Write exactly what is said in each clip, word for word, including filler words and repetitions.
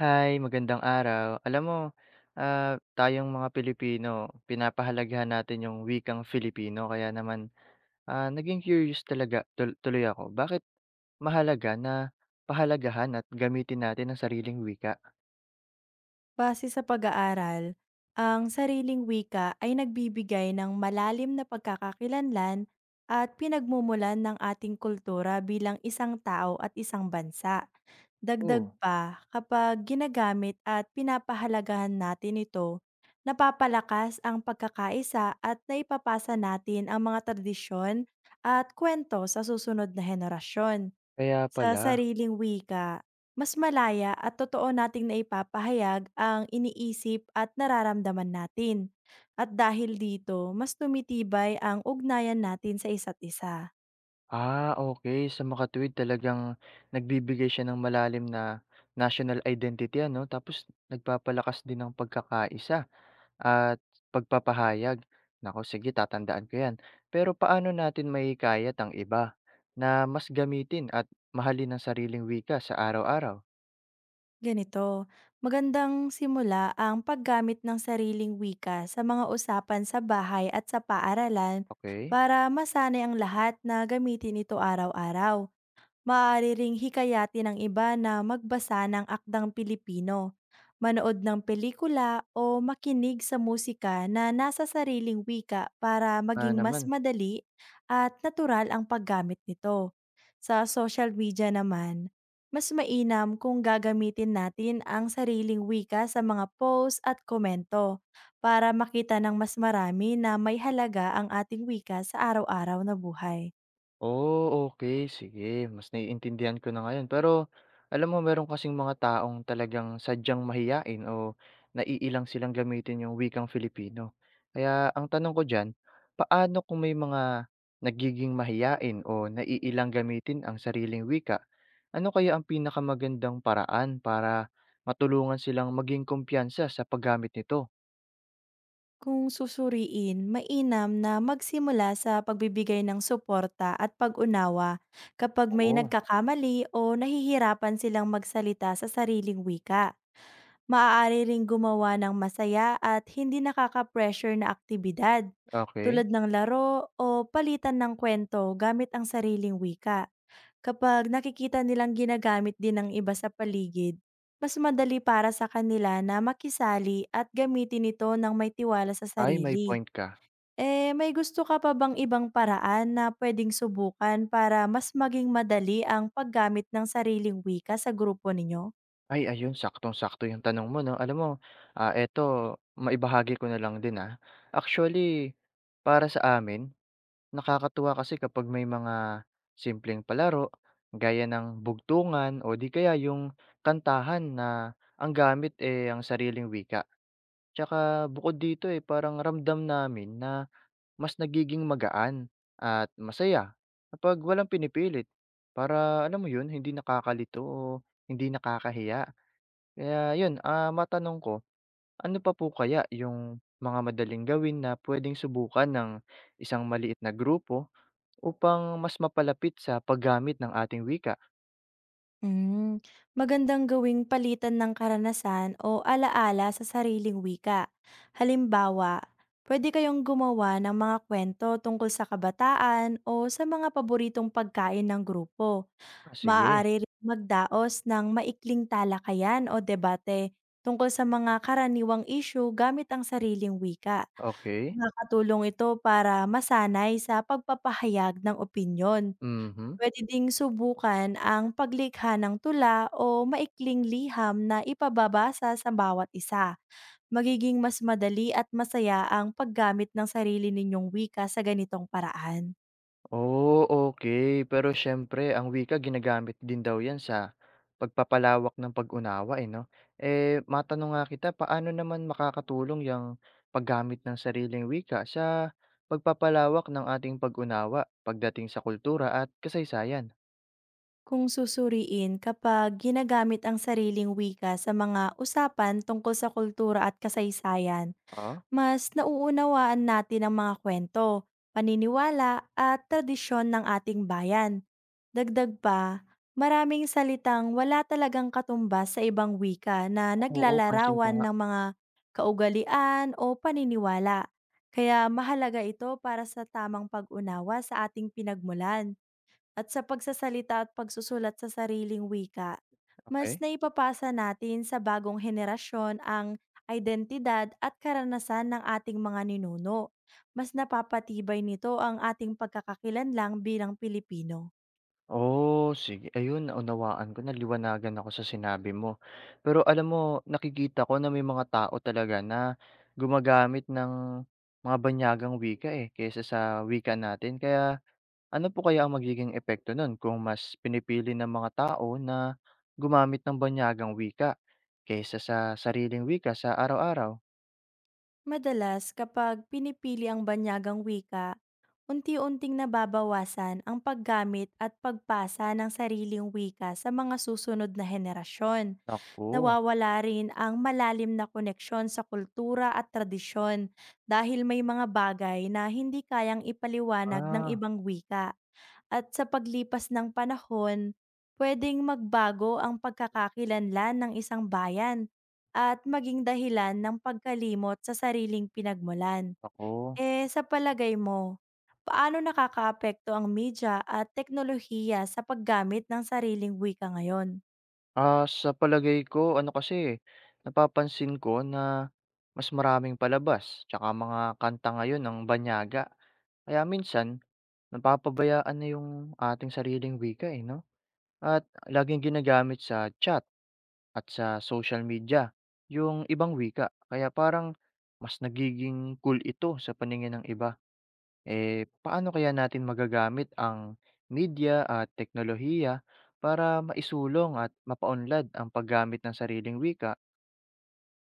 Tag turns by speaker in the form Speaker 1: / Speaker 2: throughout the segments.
Speaker 1: Hi, magandang araw. Alam mo, ah, tayong mga Pilipino, pinapahalagahan natin yung wikang Filipino kaya naman, ah, naging curious talaga tul tuloy ako. Bakit mahalaga na pahalagahan at gamitin natin ang sariling wika?
Speaker 2: Base sa pag-aaral, ang sariling wika ay nagbibigay ng malalim na pagkakakilanlan at pinagmumulan ng ating kultura bilang isang tao at isang bansa. Dagdag
Speaker 1: Oh,
Speaker 2: pa, kapag ginagamit at pinapahalagahan natin ito, napapalakas ang pagkakaisa at naipapasa natin ang mga tradisyon at kwento sa susunod na henerasyon.
Speaker 1: kaya
Speaker 2: Sa
Speaker 1: pala.
Speaker 2: sariling wika, mas malaya at totoo nating naipapahayag ang iniisip at nararamdaman natin. At dahil dito, mas tumitibay ang ugnayan natin sa isa't isa.
Speaker 1: Ah, okay. Sa makatuwid talagang nagbibigay siya ng malalim na national identity ano, tapos nagpapalakas din ng pagkakaisa. At pagpapahayag. Naku, sige, tatandaan ko 'yan. Pero paano natin mahihikayat ang iba na mas gamitin at mahalin ang sariling wika sa araw-araw?
Speaker 2: Ganito, magandang simula ang paggamit ng sariling wika sa mga usapan sa bahay at sa paaralan
Speaker 1: okay
Speaker 2: para masanay ang lahat na gamitin ito araw-araw. Maaari ring hikayatin ng iba na magbasa ng akdang Pilipino, manood ng pelikula o makinig sa musika na nasa sariling wika para
Speaker 1: nga
Speaker 2: maging mas
Speaker 1: naman.
Speaker 2: madali at natural ang paggamit nito. Sa social media naman, mas mainam kung gagamitin natin ang sariling wika sa mga posts at komento para makita ng mas marami na may halaga ang ating wika sa araw-araw na buhay.
Speaker 1: Oh, okay, sige, mas naiintindihan ko na ngayon. Pero alam mo, meron kasing mga taong talagang sadyang mahiyain o naiilang silang gamitin yung wikang Filipino. Kaya ang tanong ko diyan, paano kung may mga nagiging mahiyain o naiilang gamitin ang sariling wika? Ano kaya ang pinakamagandang paraan para matulungan silang maging kumpiyansa sa paggamit nito?
Speaker 2: Kung susuriin, mainam na magsimula sa pagbibigay ng suporta at pag-unawa kapag may
Speaker 1: Oh,
Speaker 2: nagkakamali o nahihirapan silang magsalita sa sariling wika. Maaari ring gumawa ng masaya at hindi nakaka-pressure na aktibidad
Speaker 1: okay.
Speaker 2: tulad ng laro o palitan ng kwento gamit ang sariling wika. Kapag nakikita nilang ginagamit din ng iba sa paligid, mas madali para sa kanila na makisali at gamitin ito ng may tiwala sa
Speaker 1: Ay, may
Speaker 2: sarili.
Speaker 1: point ka.
Speaker 2: Eh, may gusto ka pa bang ibang paraan na pwedeng subukan para mas maging madali ang paggamit ng sariling wika sa grupo ninyo?
Speaker 1: Ay, ayun, saktong-sakto yung tanong mo 'no. Alam mo, ah, eto, maibahagi ko na lang din, ah. Actually, para sa amin nakakatuwa kasi kapag may mga simpleng palaro gaya ng bugtungan o di kaya yung kantahan na ang gamit, eh, ang sariling wika. Tsaka bukod dito, eh, parang ramdam namin na mas nagiging magaan at masaya kapag walang pinipilit, para alam mo yun, hindi nakakalito o hindi nakakahiya. Kaya yun, ah, matanong ko, ano pa po kaya yung mga madaling gawin na pwedeng subukan ng isang maliit na grupo upang mas mapalapit sa paggamit ng ating wika?
Speaker 2: Hmm, magandang gawing palitan ng karanasan o alaala sa sariling wika. Halimbawa, pwede kayong gumawa ng mga kwento tungkol sa kabataan o sa mga paboritong pagkain ng grupo.
Speaker 1: Ah, sige,
Speaker 2: Maaari rin magdaos ng maikling talakayan o debate tungkol sa mga karaniwang issue gamit ang sariling wika.
Speaker 1: okey.
Speaker 2: Nakakatulong ito para masanay sa pagpapahayag ng opinyon.
Speaker 1: Mhm.
Speaker 2: Puwede ding subukan ang paglikha ng tula o maikling liham na ipababasa sa bawat isa. Magiging mas madali at masaya ang paggamit ng sarili ninyong wika sa ganitong paraan.
Speaker 1: Oh, okay. Pero siyempre ang wika ginagamit din daw 'yan sa pagpapalawak ng pag-unawa, eh, 'no? Eh, matanong nga kita, paano naman makakatulong yung paggamit ng sariling wika sa pagpapalawak ng ating pag-unawa pagdating sa kultura at kasaysayan?
Speaker 2: Kung susuriin kapag ginagamit ang sariling wika sa mga usapan tungkol sa kultura at kasaysayan,
Speaker 1: Ah,
Speaker 2: mas nauunawaan natin ang mga kwento, paniniwala at tradisyon ng ating bayan. Dagdag pa, maraming salitang wala talagang katumbas sa ibang wika na
Speaker 1: oo, pansin ko
Speaker 2: naglalarawan
Speaker 1: nga.
Speaker 2: ng mga kaugalian o paniniwala. Kaya mahalaga ito para sa tamang pag-unawa sa ating pinagmulan at sa pagsasalita at pagsusulat sa sariling wika, mas
Speaker 1: okay.
Speaker 2: naipapasa natin sa bagong henerasyon ang identidad at karanasan ng ating mga ninuno. Mas napapatibay nito ang ating pagkakakilanlang bilang Pilipino.
Speaker 1: Oh, sige. Ayun, naunawaan ko na, liwanagan ako sa sinabi mo. Pero alam mo, nakikita ko na may mga tao talaga na gumagamit ng mga banyagang wika, eh, kaysa sa wika natin. Kaya ano po kaya ang magiging epekto nun kung mas pinipili ng mga tao na gumamit ng banyagang wika kaysa sa sariling wika sa araw-araw?
Speaker 2: Madalas kapag pinipili ang banyagang wika, unti-unting nababawasan ang paggamit at pagpasa ng sariling wika sa mga susunod na henerasyon.
Speaker 1: Naku,
Speaker 2: Nawawala rin ang malalim na koneksyon sa kultura at tradisyon dahil may mga bagay na hindi kayang ipaliwanag ng
Speaker 1: ah,
Speaker 2: ibang wika. At sa paglipas ng panahon, pwedeng magbago ang pagkakakilanlan ng isang bayan at maging dahilan ng pagkalimot sa sariling pinagmulan.
Speaker 1: naku.
Speaker 2: Eh, sa palagay mo, paano nakakaapekto ang media at teknolohiya sa paggamit ng sariling wika ngayon?
Speaker 1: Ah, sa palagay ko ano kasi, eh, napapansin ko na mas maraming palabas tsaka mga kanta ngayon ng banyaga. Kaya minsan napapabayaan na yung ating sariling wika, eh, 'no? At laging ginagamit sa chat at sa social media yung ibang wika. Kaya parang mas nagiging cool ito sa paningin ng iba. Eh, paano kaya natin magagamit ang media at teknolohiya para maisulong at mapaunlad ang paggamit ng sariling wika?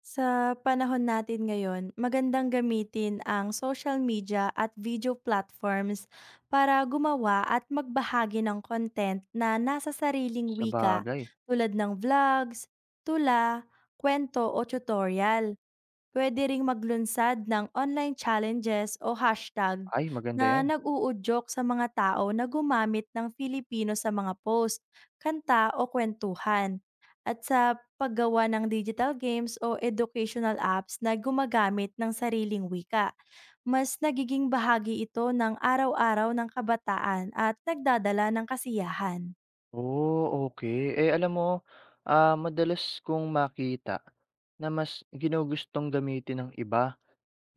Speaker 2: Sa panahon natin ngayon, magandang gamitin ang social media at video platforms para gumawa at magbahagi ng content na nasa sariling wika
Speaker 1: Sabagay.
Speaker 2: tulad ng vlogs, tula, kwento o tutorial. Pwede ring maglunsad ng online challenges o hashtag
Speaker 1: Ay, maganda
Speaker 2: na
Speaker 1: yan.
Speaker 2: nag-uudyok sa mga tao na gumamit ng Filipino sa mga post, kanta o kwentuhan. At sa paggawa ng digital games o educational apps na gumagamit ng sariling wika. Mas nagiging bahagi ito ng araw-araw ng kabataan at nagdadala ng kasiyahan.
Speaker 1: Oh, okay. Eh, alam mo, ah, madalas kong makita na mas ginugustong gamitin ng iba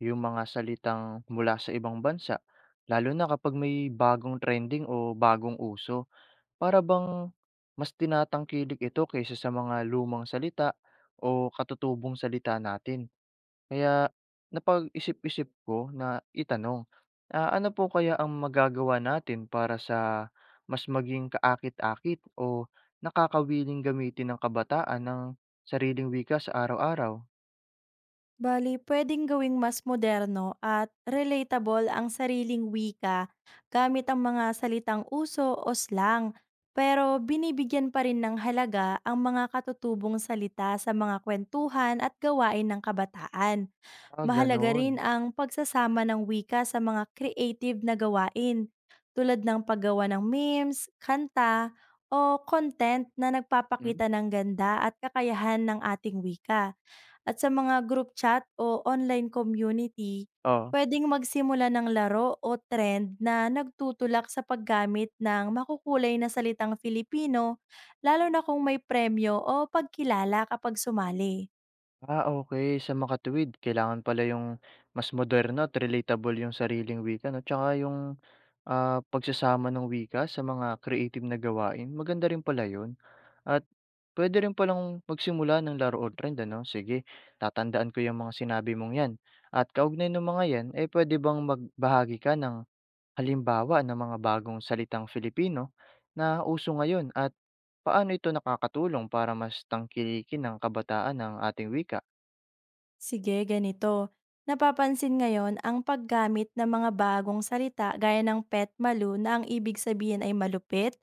Speaker 1: yung mga salitang mula sa ibang bansa, lalo na kapag may bagong trending o bagong uso. Para bang mas tinatangkilik ito kaysa sa mga lumang salita o katutubong salita natin. Kaya napag-isip-isip ko na itanong, ah, ano po kaya ang magagawa natin para sa mas maging kaakit-akit o nakakawiling gamitin ng kabataan ng sariling wika sa araw-araw?
Speaker 2: Bali puwedeng gawing mas moderno at relatable ang sariling wika gamit ang mga salitang uso o slang, pero binibigyan pa rin ng halaga ang mga katutubong salita sa mga kwentuhan at gawain ng kabataan.
Speaker 1: Ah,
Speaker 2: Mahalaga
Speaker 1: gano'n.
Speaker 2: rin ang pagsasama ng wika sa mga creative na gawain tulad ng paggawa ng memes, kanta, o content na
Speaker 1: Mm,
Speaker 2: nagpapakita ng ganda at kakayahan ng ating wika. At sa mga group chat o online community,
Speaker 1: oo.
Speaker 2: pwedeng magsimula ng laro o trend na nagtutulak sa paggamit ng makukulay na salitang Filipino, lalo na kung may premyo o pagkilala kapag sumali.
Speaker 1: Ah, okay, sa makatuwid kailangan pala yung mas moderno at relatable yung sariling wika 'no, tsaka yung Ah, pagsasama ng wika sa mga creative na gawain, maganda rin pala yun, at puwede rin palang magsimula ng laro o trend ano, sige, tatandaan ko yung mga sinabi mong yan, at kaugnay nung mga yan, eh, pwede bang magbahagi ka ng halimbawa ng mga bagong salitang Filipino na uso ngayon at paano ito nakakatulong para mas tangkilikin ng kabataan ng ating wika?
Speaker 2: Sige, ganito. Napapansin ngayon ang paggamit ng mga bagong salita gaya ng pet malu na ang ibig sabihin ay malupit,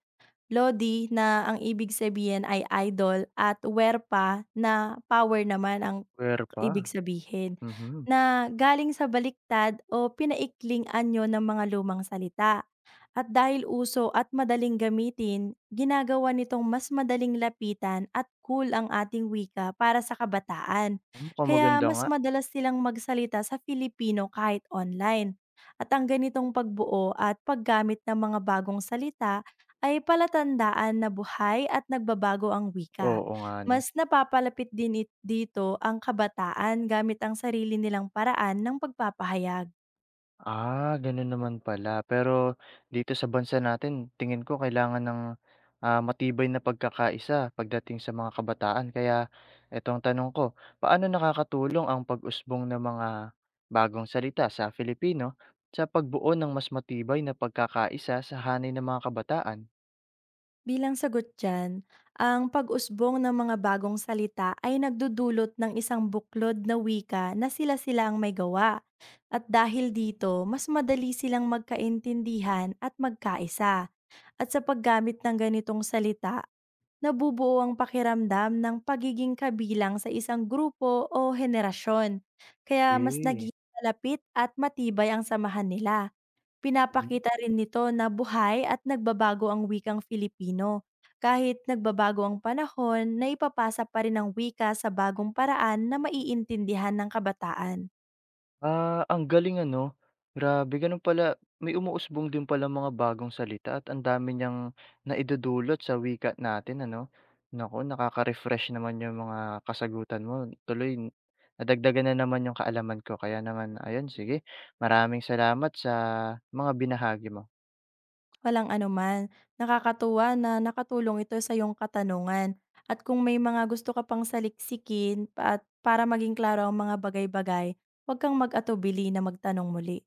Speaker 2: lodi na ang ibig sabihin ay idol at werpa na power naman ang
Speaker 1: Where pa,
Speaker 2: ibig sabihin,
Speaker 1: mhm.
Speaker 2: na galing sa baliktad o pinaikling anyo ng mga lumang salita. At dahil uso at madaling gamitin, ginagawa nitong mas madaling lapitan at cool ang ating wika para sa kabataan.
Speaker 1: Mukhang
Speaker 2: Kaya
Speaker 1: maganda nga,
Speaker 2: mas madalas silang magsalita sa Filipino kahit online. At ang ganitong pagbuo at paggamit ng mga bagong salita ay palatandaan na buhay at nagbabago ang wika.
Speaker 1: oo nga 'no.
Speaker 2: Mas napapalapit din it dito ang kabataan gamit ang sarili nilang paraan ng pagpapahayag.
Speaker 1: Ah, gano'n naman pala. Pero dito sa bansa natin tingin ko kailangan ng, ah, matibay na pagkakaisa pagdating sa mga kabataan. Kaya eto tanong ko, paano nakakatulong ang pag-usbong ng mga bagong salita sa Filipino sa pagbuo ng mas matibay na pagkakaisa sa hanay ng mga kabataan?
Speaker 2: Bilang sagot dyan, ang pag-usbong ng mga bagong salita ay nagdudulot ng isang buklod na wika na sila-sila ang may gawa. At dahil dito, mas madali silang magkaintindihan at magkaisa. At sa paggamit ng ganitong salita, nabubuo ang pakiramdam ng pagiging kabilang sa isang grupo o henerasyon. Kaya mas
Speaker 1: Eh.
Speaker 2: nagiging malapit at matibay ang samahan nila. Pinapakita rin nito na buhay at nagbabago ang wikang Filipino. Kahit nagbabago ang panahon, naipapasa pa rin ang wika sa bagong paraan na maiintindihan ng kabataan.
Speaker 1: Ah, ang galing ano. Grabe, ganun pala, may umuusbong din palang mga bagong salita at ang dami niyang naidudulot sa wika natin ano. Naku, nakaka-refresh naman yung mga kasagutan mo. Tuloy nadagdagan na naman yung kaalaman ko, kaya naman ayun, sige, maraming salamat sa mga binahagi mo.
Speaker 2: Walang anuman. Nakakatuwa na nakatulong ito sa iyong katanungan. At kung may mga gusto ka pang saliksikin pa- at para maging klaro ang mga bagay-bagay, huwag kang mag-atubili na magtanong muli.